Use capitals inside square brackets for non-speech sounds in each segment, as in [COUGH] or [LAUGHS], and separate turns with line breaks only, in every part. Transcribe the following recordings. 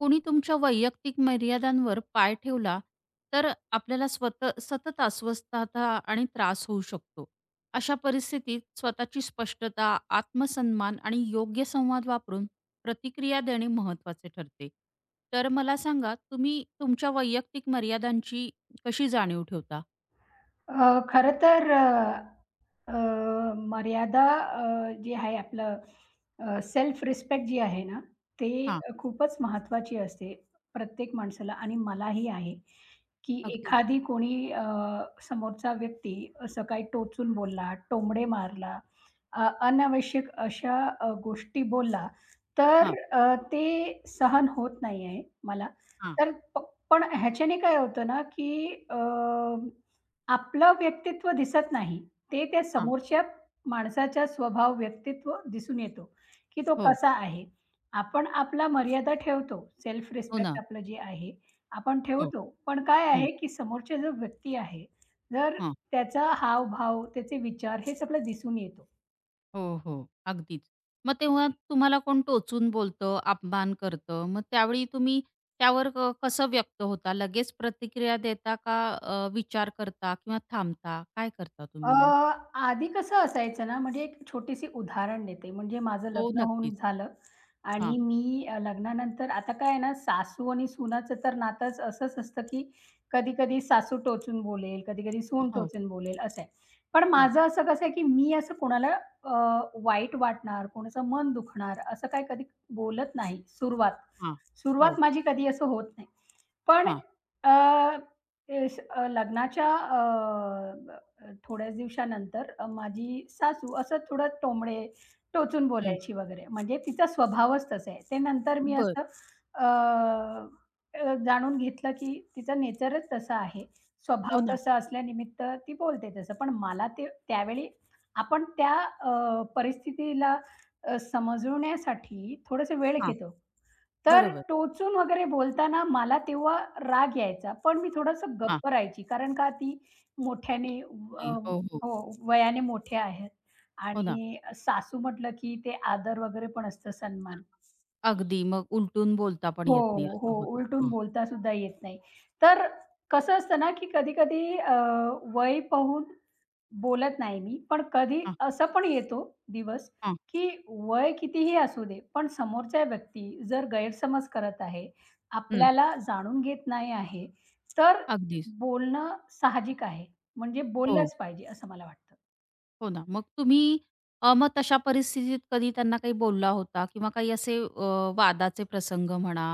कोणी तुमच्या वैयक्तिक मर्यादांवर पाय ठेवला, तर आपल्याला स्वतः सतत अस्वस्थता आणि त्रास होऊ शकतो. अशा परिस्थितीत स्वतःची स्पष्टता, आत्मसन्मान आणि योग्य संवाद वापरून प्रतिक्रिया देणे महत्त्वाचे ठरते. तर मला सांगा, तुम्ही तुमच्या वैयक्तिक मर्यादांची कशी जाणीव ठेवता?
खरं तर अ, अ, मर्यादा जी आहे आपलं सेल्फ रिस्पेक्ट जी आहे ना, ते
हां,
खूपच महत्त्वाची असते प्रत्येक माणसाला आणि मलाही आहे, की
अगदी.
एखादी कोणी समोरचा व्यक्ती असं काही टोचून बोलला, टोमडे मारला, अनावश्यक अशा गोष्टी बोलला, तर
हां,
ते सहन होत नाही आहे मला.
हां,
तर प पण ह्याच्याने काय होतं ना, की आपलं व्यक्तित्व दिसत नाही. ते त्या
हां.
समोरच्या माणसाचा स्वभाव, व्यक्तित्व दिसून येतो, की तो
हो,
कसा आहे. आपण आपला मर्यादा ठेवतो, सेल्फ
हो
रिस्पेक्ट
ना.
आपलं जे आहे, आपण
हो.
ठेवतो. पण काय
हं,
आहे, की समोरचा जो व्यक्ती आहे, जर
हां.
त्याचा हावभाव, त्याचे विचार हेच आपल्याला दिसून येतो.
हो, हो. अगदीच. मग तेव्हा तुम्हाला कोण टोचून बोलतं, अपमान करतं, मग त्यावेळी तुम्ही त्यावर कसं व्यक्त होता? लगेच प्रतिक्रिया देता का विचार करता किंवा थांबता? काय करता
अ,
तुम्ही मग?
आधी कसं असायचं ना, म्हणजे एक छोटीशी उदाहरण देते. म्हणजे माझं
हो,
लग्न होऊन
नक्कीच.
झालं आणि
हां.
मी लग्नानंतर आता काय आहे ना, सासू आणि सुनाचं तर नातंच असंच असतं, की कधी-कधी सासू टोचून बोलेल, कधी-कधी सून
हो,
टोचून बोलेल, असं आहे. पण
हो.
माझं असं कसं आहे, की मी असं कोणाला अ, वाईट वाटणार, कोणाचं मन दुखणार, असं काही कधी बोलत नाही सुरुवात.
हां. हो,
सुरुवात माझी कधी असं होत नाही. पण
हां.
अ, लग्नाच्या थोड्याच दिवसानंतर माझी सासू असं थोडं टोमणे टोचून
हं.
बोलायची वगैरे, म्हणजे तिचा स्वभावच तसा आहे. ते नंतर मी
बरं.
असं अ, अ, जाणून घेतलं की तिचा नेचरच तसा आहे. स्वभाव
हो ना.
तसा असल्यानिमित्त ती बोलते तसं. पण मला ते त्यावेळी आपण त्या परिस्थितीला समजवण्यासाठी थोडासा वेळ
हां.
घेतो. तर
बरोबर.
टोचून वगैरे बोलताना मला तेव्हा राग यायचा. पण मी थोडंसं
हां.
गप्प राहायची. कारण का ती मोठ्याने
नाही, हो, हो.
हो, वयाने मोठे आहेत
हो ना.
आणि सासू म्हटलं की ते आदर वगैरे पण असतं सन्मान.
अगदी मग उलटून बोलता पण येत नाही
हो, हो.
असं होतं.
उलटून
हां,
बोलता सुद्धा येत नाही. तर कसं असतं ना, की कधी-कधी वय पाहून बोलत नाही मी, पण कधी
हां,
असं पण येतो दिवस,
हां.
की वय कितीही असू दे, पण समोरच्या व्यक्ती जर गैरसमज करत आहे,
हं.
आपल्याला जाणून घेत नाही आहे, तर
अगदीच.
बोलणं साहजिक आहे. म्हणजे
हो.
बोललंच पाहिजे असं मला वाटतं.
हो ना. मग तुम्ही मग तशा परिस्थितीत कधी त्यांना काही बोलला होता किंवा काही असे वादाचे प्रसंग म्हणा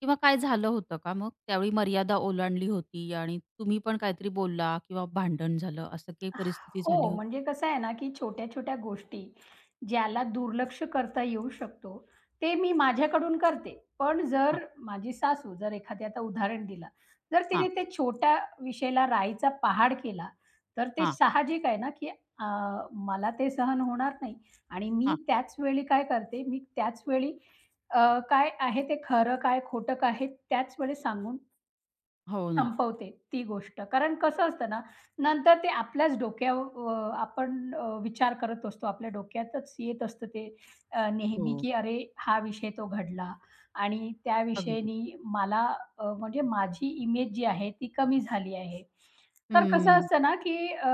किंवा काय झालं होतं का मग? त्यावेळी मर्यादा ओलांडली होती आणि तुम्ही पण काहीतरी बोलला किंवा भांडण झालं, असं काही परिस्थिती झाली
हो,
होती?
म्हणजे कसं आहे ना, की छोट्या-छोट्या गोष्टी ज्याला दुर्लक्ष करता येऊ शकतो, ते मी माझ्याकडून करते. पण जर
हां,
माझी सासू जर एखादे आता उदाहरण दिलं, जर
हां,
तिने ते छोट्या विषयाला राईचा पहाड केला, तर ते
हां,
साहजिक आहे ना, की मला ते सहन होणार नाही आणि मी
हां.
त्याच वेळी काय करते, मी त्याच वेळी अ, काय आहे ते खरं, काय खोटं, काय आहे त्याच वेळेस सांगून
हो ना.
संपवते ती गोष्ट. कारण कसं असतं ना, नंतर ते अ, आपण विचार करत असतो. आपल्या डोक्यातच येत असतं ते नेहमी,
हो.
की "अरे, हा विषय तो घडला आणि त्या
अगदी.
विषयानी मला म्हणजे माझी इमेज जी आहे ती कमी झाली आहे." तर कसं
हं.
असतं ना, की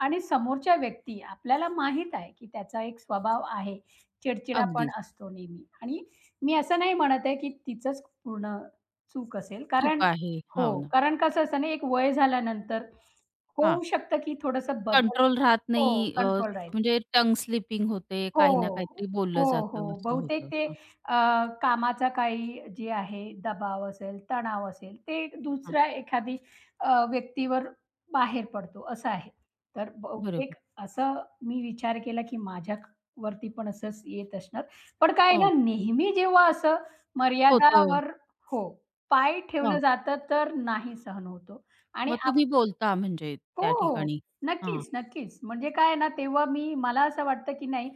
आणि समोरच्या व्यक्ती आपल्याला माहीत आहे, की त्याचा एक स्वभाव आहे. चिडचिडापण
अगदीच.
असतो नेहमी आणि मी असं नाही म्हणत आहे, की तिचंच पूर्ण चूक असेल. कारण
चूक आहे. हो
हो,
ना.
कारण कसं असतं ना, एक वय झाल्यानंतर
हां.
होऊ शकतं की थोडंसं बदल
कंट्रोल राहत
हो,
नाही
कंट्रोल राहील.
म्हणजे टंग स्लिपिंग होते, काही ना
हो.
काहीतरी बोललं
हो, हो.
जातं, असं
बहुतेक
होतं.
ते
हां,
अ, कामाचा काही जे आहे दबाव असेल, तणाव असेल, ते
हां.
दुसऱ्या एखादी व्यक्तीवर बाहेर पडतो असं आहे. तर बहुतेक
बरोबर.
असं मी विचार केला, की माझ्या वरती पण असंच येत असणार. पण काय आहे ना
हो.
नेहमी जेव्हा असं
होतं.
मर्यादावर हो, पाय ठेवलं
हां.
जातं तर नाही सहन होतो आणि
मग तुम्ही बोलता म्हणजे
हो,
त्या
हो.
ठिकाणी. हां.
नक्कीच, नक्कीच. म्हणजे काय आहे ना, तेव्हा मी मला असं वाटतं, की नाही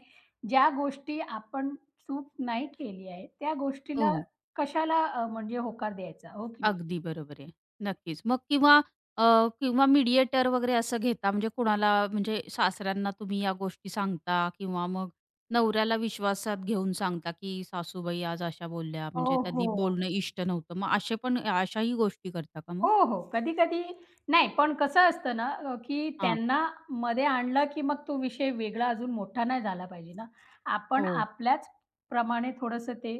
ज्या गोष्टी आपण चूक नाही केली आहे, त्या गोष्टीला
हो.
कशाला म्हणजे होकार द्यायचा, हो की नाही?
अगदी बरोबर आहे. नक्कीच. मग किंवा अ, किंवा मीडिएटर वगैरे असं घेता म्हणजे कुणाला म्हणजे सासऱ्यांना तुम्ही या गोष्टी सांगता किंवा मग नवऱ्याला विश्वासात घेऊन सांगता, की सासूबाई आज अशा बोलल्या
हो,
म्हणजे त्यांनी
हो.
बोलणं इष्ट नव्हतं. मग असे पण अशाही गोष्टी करता का मग?
हो, हो. कधी-कधी नाही, पण कसं असतं ना, की
हां.
त्यांना मध्ये आणलं, की मग तो विषय वेगळा अजून मोठा नाही झाला पाहिजे ना. आपण
हो.
आपल्याच प्रमाणे थोडंसं ते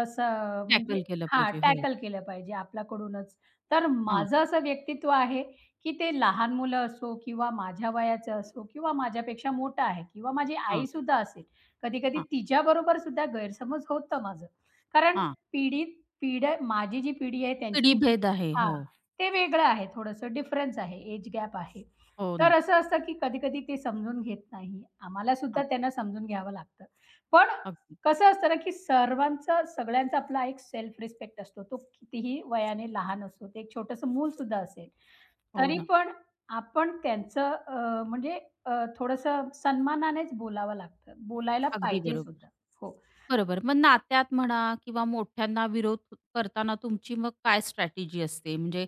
असं म्हणजे
टॅकल केलं
हां,
पाहिजे. हो.
टॅकल केलं पाहिजे आपल्याकडूनच. तर
हां,
माझं असं व्यक्तित्व आहे, की ते लहान मुलं असो किंवा माझ्या वयाचं असो किंवा माझ्यापेक्षा मोठा आहे किंवा माझी
हां,
आईसुद्धा असेल. कधी-कधी
हां,
तिच्याबरोबर सुद्धा गैरसमज होतं माझं. कारण
हां.
पिढी पिढ्या माझी जी पिढी आहे त्यांची जी पिढी
पिढीभेद आहे.
आहे
हो.
हां. ते वेगळं आहे, थोडंसं डिफरन्स आहे, एज गॅप आहे.
हो
तर
ना.
असं असतं, की कधी-कधी ते समजून घेत नाही. आम्हाला सुद्धा
हां.
त्यांना समजून घ्यावं लागतं. पण
अगदी.
कसं असतं ना, की सर्वांचा सगळ्यांचा आपला एक सेल्फ रिस्पेक्ट असतो. तो कितीही वयाने लहान असतो ते एक छोटंसं मूल सुद्धा असेल,
हो
तरी
ना.
पण आपण त्यांचं म्हणजे अ, थोडंसं सन्मानानेच बोलावं लागतं. बोलायला
अगदी
पाहिजे सुद्धा.
बरोबर.
हो.
बरोबर. मग नात्यात म्हणा किंवा मोठ्यांना विरोध करताना तुमची मग काय स्ट्रॅटेजी असते? म्हणजे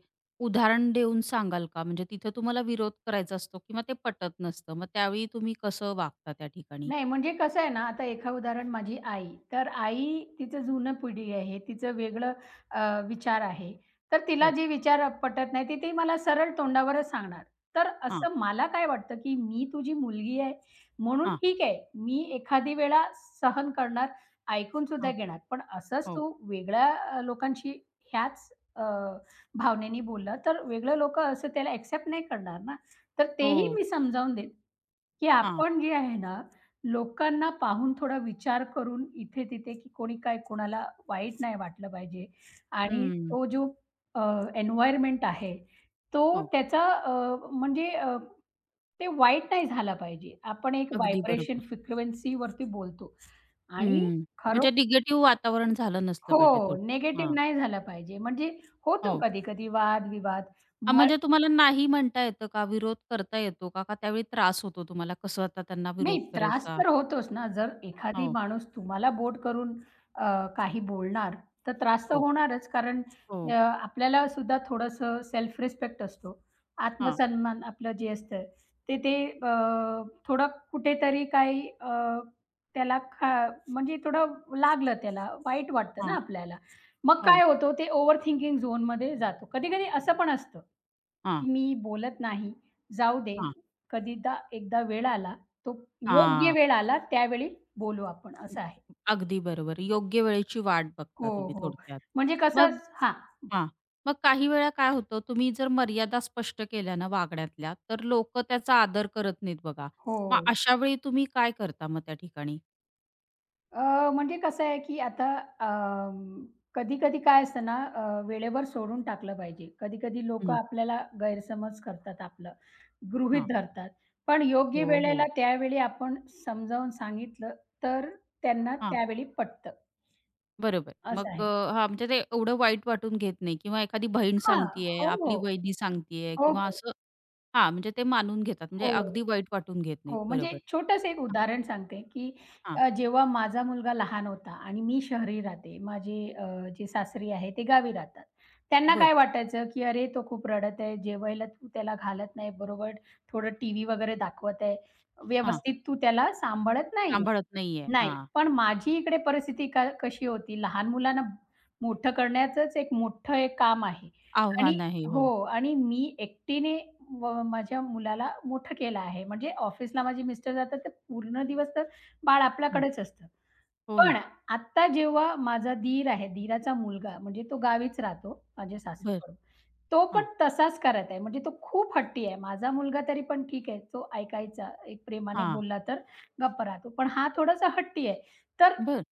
उदाहरण देऊन सांगाल का? म्हणजे तिथे तुम्हाला विरोध करायचा असतो किंवा ते पटत नसतं. मग त्यावेळी तुम्ही कसं वागता त्या ठिकाणी?
नाही, म्हणजे कसं आहे ना, आता एका उदाहरण माझी आई. तर आई तिचं जुनं पिढी आहे, तिचं वेगळं विचार आहे. तर तिला
हो.
जे विचार पटत नाही, ते ती मला सरळ तोंडावरच सांगणार. तर
हां,
असं मला काय वाटतं, की मी तुझी मुलगी आहे, म्हणून
हां,
ठीक आहे, मी एखादी वेळा सहन करणार, ऐकून सुद्धा
हां.
घेणार. पण असंच
हो,
तू वेगळ्या लोकांशी ह्याच अ, भावनेने बोललं, तर वेगळे लोकं असं त्याला एक्सेप्ट नाही करणार ना. तर तेही
हो.
मी समजावून दे की
हां.
आपण जे आहे ना, लोकांना पाहून थोडा विचार करून इथे-तिथे, की कोणी काय कोणाला वाईट नाही वाटलं पाहिजे आणि
हं.
तो जो अ, आहे, तो
हो.
त्याचा म्हणजे ते वाईट नाही झाला पाहिजे. आपण एक
अगदी
व्हायब्रेशन
बरोबर.
फ्रिक्वेन्सीवरती बोलतो आणि
हं.
खरो
म्हणजे निगेटिव्ह वातावरण झालं नसलं
हो,
पाहिजे थोडक्यात.
निगेटिव्ह
हां.
नाही झाला पाहिजे. म्हणजे होतो
हो.
कधी-कधी वाद-विवाद.
म्हणजे तुम्हाला नाही म्हणता येतं का? विरोध करता येतो का? का त्यावेळी त्रास होतो तुम्हाला? कसं आता त्यांना
नाही,
विरोध
त्रास
करायचा?
तर होतोच ना. जर एखादी
हो,
माणूस तुम्हाला बोट करून अ, काही बोलणार, तर त्रास तर
हो,
होणारच. कारण
हो.
आपल्याला सुद्धा थोडंसं सेल्फ रिस्पेक्ट असतो.
हां,
आत्मसन्मान आपलं जे असतं, ते ते अ, थोडं कुठेतरी काही त्याला खा म्हणजे थोडं लागलं त्याला, वाईट वाटतं ना
हां.
आपल्याला. मग
हो.
काय होतं, ते ओव्हर थिंकिंग झोनमध्ये जातो. कधी-कधी असं पण असतं,
हां,
मी बोलत नाही, जाऊ दे.
हां,
कधीदा एकदा वेळ आला तो योग्य
हां.
वेळ आला त्यावेळी बोलू आपण असं आहे.
अगदी बरोबर. योग्य वेळेची वाट बघता
हो,
तुम्ही
हो.
थोडक्यात.
म्हणजे कसं
मग
हां.
हां. मग काही वेळा काय होतं, तुम्ही जर मर्यादा स्पष्ट केल्या ना वागण्यातल्या, तर लोक त्याचा आदर करत नाहीत बघा.
हो.
मग अशा वेळी तुम्ही काय करता मग त्या ठिकाणी?
अ, म्हणजे कसं आहे, की आता अं, कधी-कधी काय असतं ना वेळेवर सोडून टाकलं पाहिजे. कधी-कधी लोकं
हं.
आपल्याला गैरसमज करतात आपलं, गृहीत
हां.
धरतात. पण योग्य
हो,
वेळेला
हो.
त्यावेळी आपण समजावून सांगितलं, तर त्यांना
हां,
त्यावेळी पटतं
बरोबर.
असं
मग
आहे.
हां, म्हणजे ते एवढं वाईट वाटून घेत नाही किंवा एखादी बहीण
हां.
सांगतीये,
हो, हो.
आपली वहिनी सांगतीये
हो,
किंवा
हो.
असं हां, म्हणजे ते मानून घेतात. म्हणजे
हो.
अगदी वाईट वाटून घेत नाहीत.
हो, म्हणजे
बरोबर.
छोटंसं एक
हां,
उदाहरण सांगते, की जेव्हा माझा मुलगा लहान होता आणि मी शहरी राहते. माझे जे सासरी आहे ते गावी राहतात. त्यांना
बरं.
काय वाटायचं, की "अरे, तो खूप रडत आहे. जेवायला तू त्याला घालत नाही बरोबर. थोडं टीव्ही वगैरे दाखवत आहे.
हां.
व्यवस्थित तू त्याला सांभाळत नाही."
सांभाळत नाहीये.
नाही,
हां.
पण माझी इकडे परिस्थिती का कशी होती, लहान मुलांना मोठं करण्याचंच एक मोठं एक काम आहे आणि
आव्हान आहे.
हो
हो.
आणि मी एकटीने व माझ्या मुलाला मोठं केलं आहे. म्हणजे ऑफिसला माझे मिस्टर जातात, तर पूर्ण दिवस तर बाळ
हो.
आपल्याकडेच असतं.
हो
पण
ना.
आत्ता जेव्हा माझा दीर आहे, दीराचा मुलगा म्हणजे तो गावीच राहतो माझ्या
बरं.
सासरीकडून. तो पण
हां.
तसाच करत आहे. म्हणजे तो खूप हट्टी आहे. माझा मुलगा तरी पण ठीक आहे, तो ऐकायचा, एक प्रेमाने
हां.
बोलला तर गप्प राहतो. पण हा थोडासा हट्टी आहे. तर
बरं.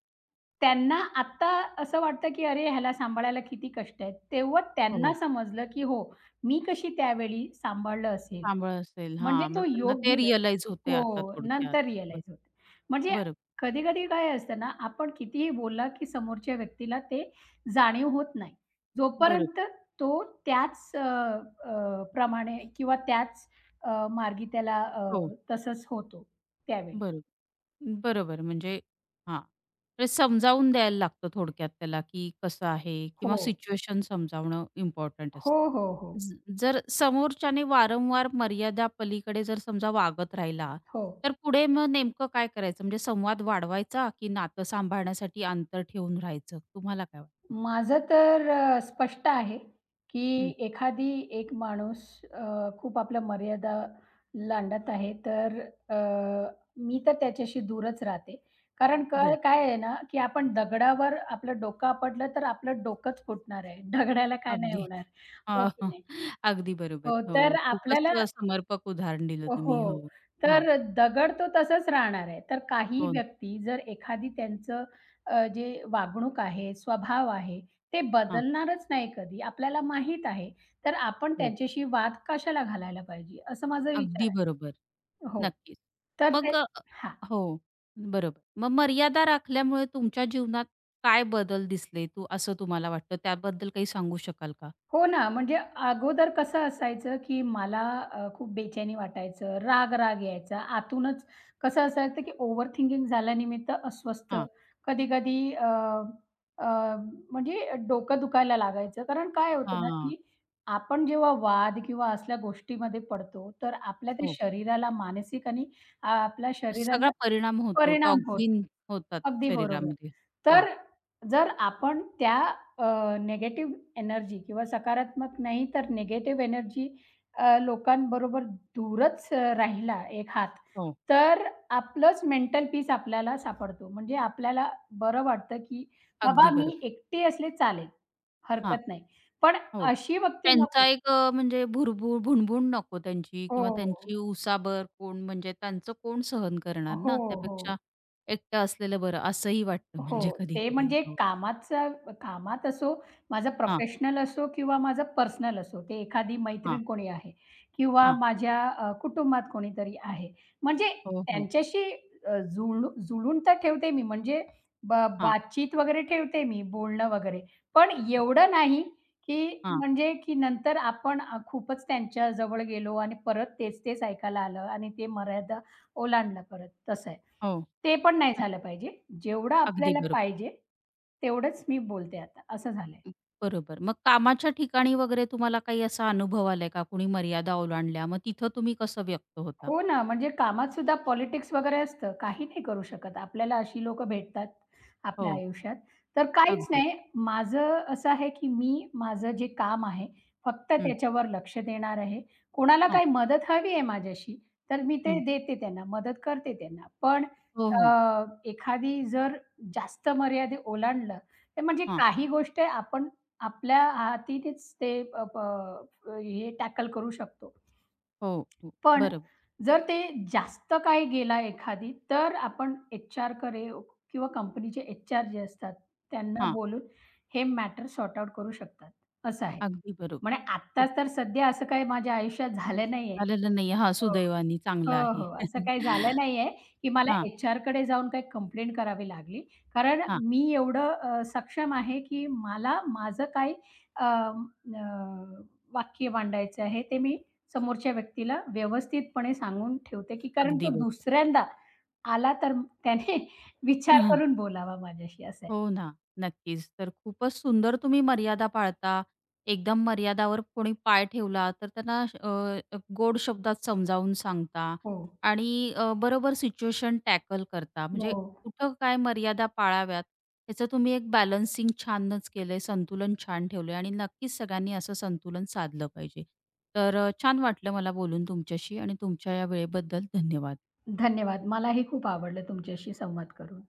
त्यांना आत्ता असं वाटतं, की अरे ह्याला सांभाळायला किती कष्ट आहेत. तेव्हा
हो,
त्यांना
हो.
समजलं, की हो, मी कशी त्यावेळी सांभाळलं असेल.
सांभाळ असेल.
म्हणजे
हां. मग
तो
त्यांना ते
योग्य वेळ
रिअलाईज होते
हो,
आता थोडक्यात.
नंतर
बरोबर.
रिअलाईज होतं. म्हणजे
बरोबर.
कधी-कधी काय असतं ना, आपण कितीही बोलला, की समोरच्या व्यक्तीला ते जाणीव होत नाही.
बरोबर.
जोपर्यंत तो त्याच अ, अ, प्रमाणे किंवा त्याच मार्गी त्याला
हो.
तसंच होतो त्यावेळी.
बरोबर. बरोबर. म्हणजे हां. ते समजावून द्यायला लागतं थोडक्यात त्याला, की कसं आहे किंवा
हो.
सिच्युएशन समजावणं इम्पॉर्टंट
हो,
असतं.
हो, हो.
जर समोरच्याने वारंवार मर्यादा पलीकडे जर समजा वागत राहिला
हो.
तर पुढे मग नेमकं काय करायचं म्हणजे संवाद वाढवायचा की नातं सांभाळण्यासाठी अंतर ठेवून राहायचं तुम्हाला काय वाटतं?
माझं तर स्पष्ट आहे,
हं.
की एखादी एक माणूस खूप आपल्या मर्यादा लांडत आहे, तर अ, मी तर त्याच्याशी दूरच राहते. कारण काय
बर.
काय आहे ना, की आपण दगडावर आपलं डोकं आपटलं, तर आपलं डोकंच फुटणार आहे. [LAUGHS] दगडाला काय नाही
अगदी.
होणार,
हा,
हो की
हा.
नाही?
अगदी बरोबर
हो,
हो.
तर
खूपच
आपल्याला
समर्पक उदाहरण दिलं तुम्ही
हो.
हो. हा.
तर दगड तो तसाच राहणार आहे. तर काही
हो.
व्यक्ती जर एखादी त्यांचं जे वागणूक आहे, स्वभाव आहे, ते
हा.
बदलणारच नाही कधी. आपल्याला माहीत आहे. तर आपण
हो.
त्यांच्याशी वाद कशाला घालायला पाहिजे? असं माझा विचार
अगदी
आहे.
बरोबर.
हो.
नक्कीच.
तर ते
मग
हां.
हो, बरोबर. मग मर्यादा राखल्यामुळे तुमच्या जीवनात काय बदल दिसले तू असं तुम्हाला वाटतं? त्याबद्दल काही सांगू शकाल का?
हो ना, म्हणजे अगोदर कसं असायचं, की मला खूप बेचैनी वाटायचं, राग-राग यायचा. आतूनच कसं असायचं, की ओव्हर थिंकिंग झाल्यानिमित्त अस्वस्थ,
हां,
कधी-कधी अ, अ, म्हणजे डोकं दुखायला लागायचं. कारण काय होतं ना,
हां.
की आपण जेव्हा वाद किंवा असल्या गोष्टीमध्ये पडतो, तर आपल्या त्या
हो.
शरीराला मानसिक आणि आ, आपल्या
सगळा
शरीराला
परिणाम होतो.
परिणाम होतो.
टॉक्झिन होतात
अगदी बरोबर.
शरीरामध्ये. हां,
तर जर आपण त्या अ, निगेटिव्ह एनर्जी किंवा सकारात्मक नाही तर निगेटिव्ह एनर्जी लोकांबरोबर दूरच राहिला एक हात,
हो.
तर आपलंच मेंटल पीस आपल्याला सापडतो. म्हणजे आपल्याला बरं वाटतं, की बाबा
अगदी बरोबर.
मी एकटी असले चालेल,
हां,
हरकत नाही. पण
हो.
अशी व्यक्ती नको.
त्यांचा एक म्हणजे भुरभुर भुणभुण नको त्यांची किंवा
हो,
त्यांची उसाबर कोण म्हणजे त्यांचं कोण सहन करणार
हो,
ना?
हो.
त्यापेक्षा एकटं असलेलं बरं असंही वाटतं
हो,
म्हणजे
ते
कधी-कधी.
म्हणजे
हो.
कामाचा कामात असो, माझा
हां,
प्रोफेशनल असो किंवा माझा पर्सनल असो, ते एखादी
हां,
मैत्रीण कोणी आहे किंवा
हां.
माझ्या कुटुंबात कोणीतरी आहे. म्हणजे
हो, हो.
त्यांच्याशी अ, जुळू जुळून तर ठेवते मी म्हणजे ब
हां,
बातचीत वगैरे ठेवते मी, बोलणं वगैरे. पण एवढं नाही, की
हां.
म्हणजे की नंतर आपण खूपच त्यांच्या जवळ गेलो आणि परत तेच-तेच ऐकायला आलं आणि ते मर्यादा ओलांडलं परत, तसं आहे.
हो.
ते पण नाही झालं
नक्की.
पाहिजे. जेवढं
अगदी
आपल्याला
बरोबर.
पाहिजे, तेवढंच मी बोलते आता, असं झालंय.
बरोबर. मग कामाच्या ठिकाणी वगैरे तुम्हाला काही असा अनुभव आलाय का? कुणी मर्यादा ओलांडल्या, मग तिथं तुम्ही कसं व्यक्त होता?
हो ना, म्हणजे कामात सुद्धा पॉलिटिक्स वगैरे असतं. काही नाही करू शकत. आपल्याला अशी लोकं भेटतात
हो,
आपल्या आयुष्यात. तर काहीच
अगदी.
नाही. माझं असं आहे, की मी माझं जे काम आहे, फक्त
हं,
त्याच्यावर लक्ष देणार आहे. कोणाला
हो,
काही मदत हवी आहे माझ्याशी, तर मी ते
हं.
देते त्यांना, मदत करते त्यांना. पण
हो, हो.
अ, एखादी जर जास्त मर्यादा ओलांडलं, तर म्हणजे
हां.
काही गोष्टी आपण आपल्या हातीनेच ते अ, प हे टॅकल करू शकतो.
हो, हो.
पण
बरोबर.
जर ते जास्त काही गेला एखादी, तर आपण एच-आरकडे किंवा कंपनीचे एच-आर जे असतात, त्यांना
हां,
बोलून हे मॅटर सॉर्ट आउट करू शकतात, असं आहे.
अगदी बरोबर.
म्हणजे
खूप
आत्ताच तर सध्या असं काही माझ्या आयुष्यात झालं नाहीये.
आलेलं नाही. हां,
हो.
सुदैवाने
हो,
चांगलं आहे.
हो. असं काही झालं
[LAUGHS]
नाहीये, की मला
हां,
एचआरकडे जाऊन काही कंप्लेंट करावी लागली. कारण
हां.
मी एवढं सक्षम आहे, की मला माझं काय अ, अ, वाक्य मांडायचं आहे ते मी समोरच्या व्यक्तीला व्यवस्थितपणे सांगून ठेवते, की कारण
अगदी
तो
बरोबर.
दुसऱ्यांदा आला तर त्याने [LAUGHS] विचार करून
[LAUGHS]
बोलावा माझ्याशी असं आहे.
हो ना, नक्कीच. तर खूपच सुंदर तुम्ही मर्यादा पाळता. एकदम मर्यादावर कोणी पाय ठेवला तर त्यांना गोड शब्दात समजावून सांगता
हो,
आणि बरोबर सिच्युएशन टॅकल करता. म्हणजे
हो.
कुठं काय मर्यादा पाळाव्यात याचं तुम्ही एक बॅलन्सिंग छानच केलंय, संतुलन छान ठेवलंय आणि नक्कीच सगळ्यांनी असं संतुलन साधलं पाहिजे. तर छान वाटलं मला बोलून तुमच्याशी आणि तुमच्या या वेळेबद्दल धन्यवाद.
धन्यवाद. मलाही खूप आवडलं तुमच्याशी संवाद करून.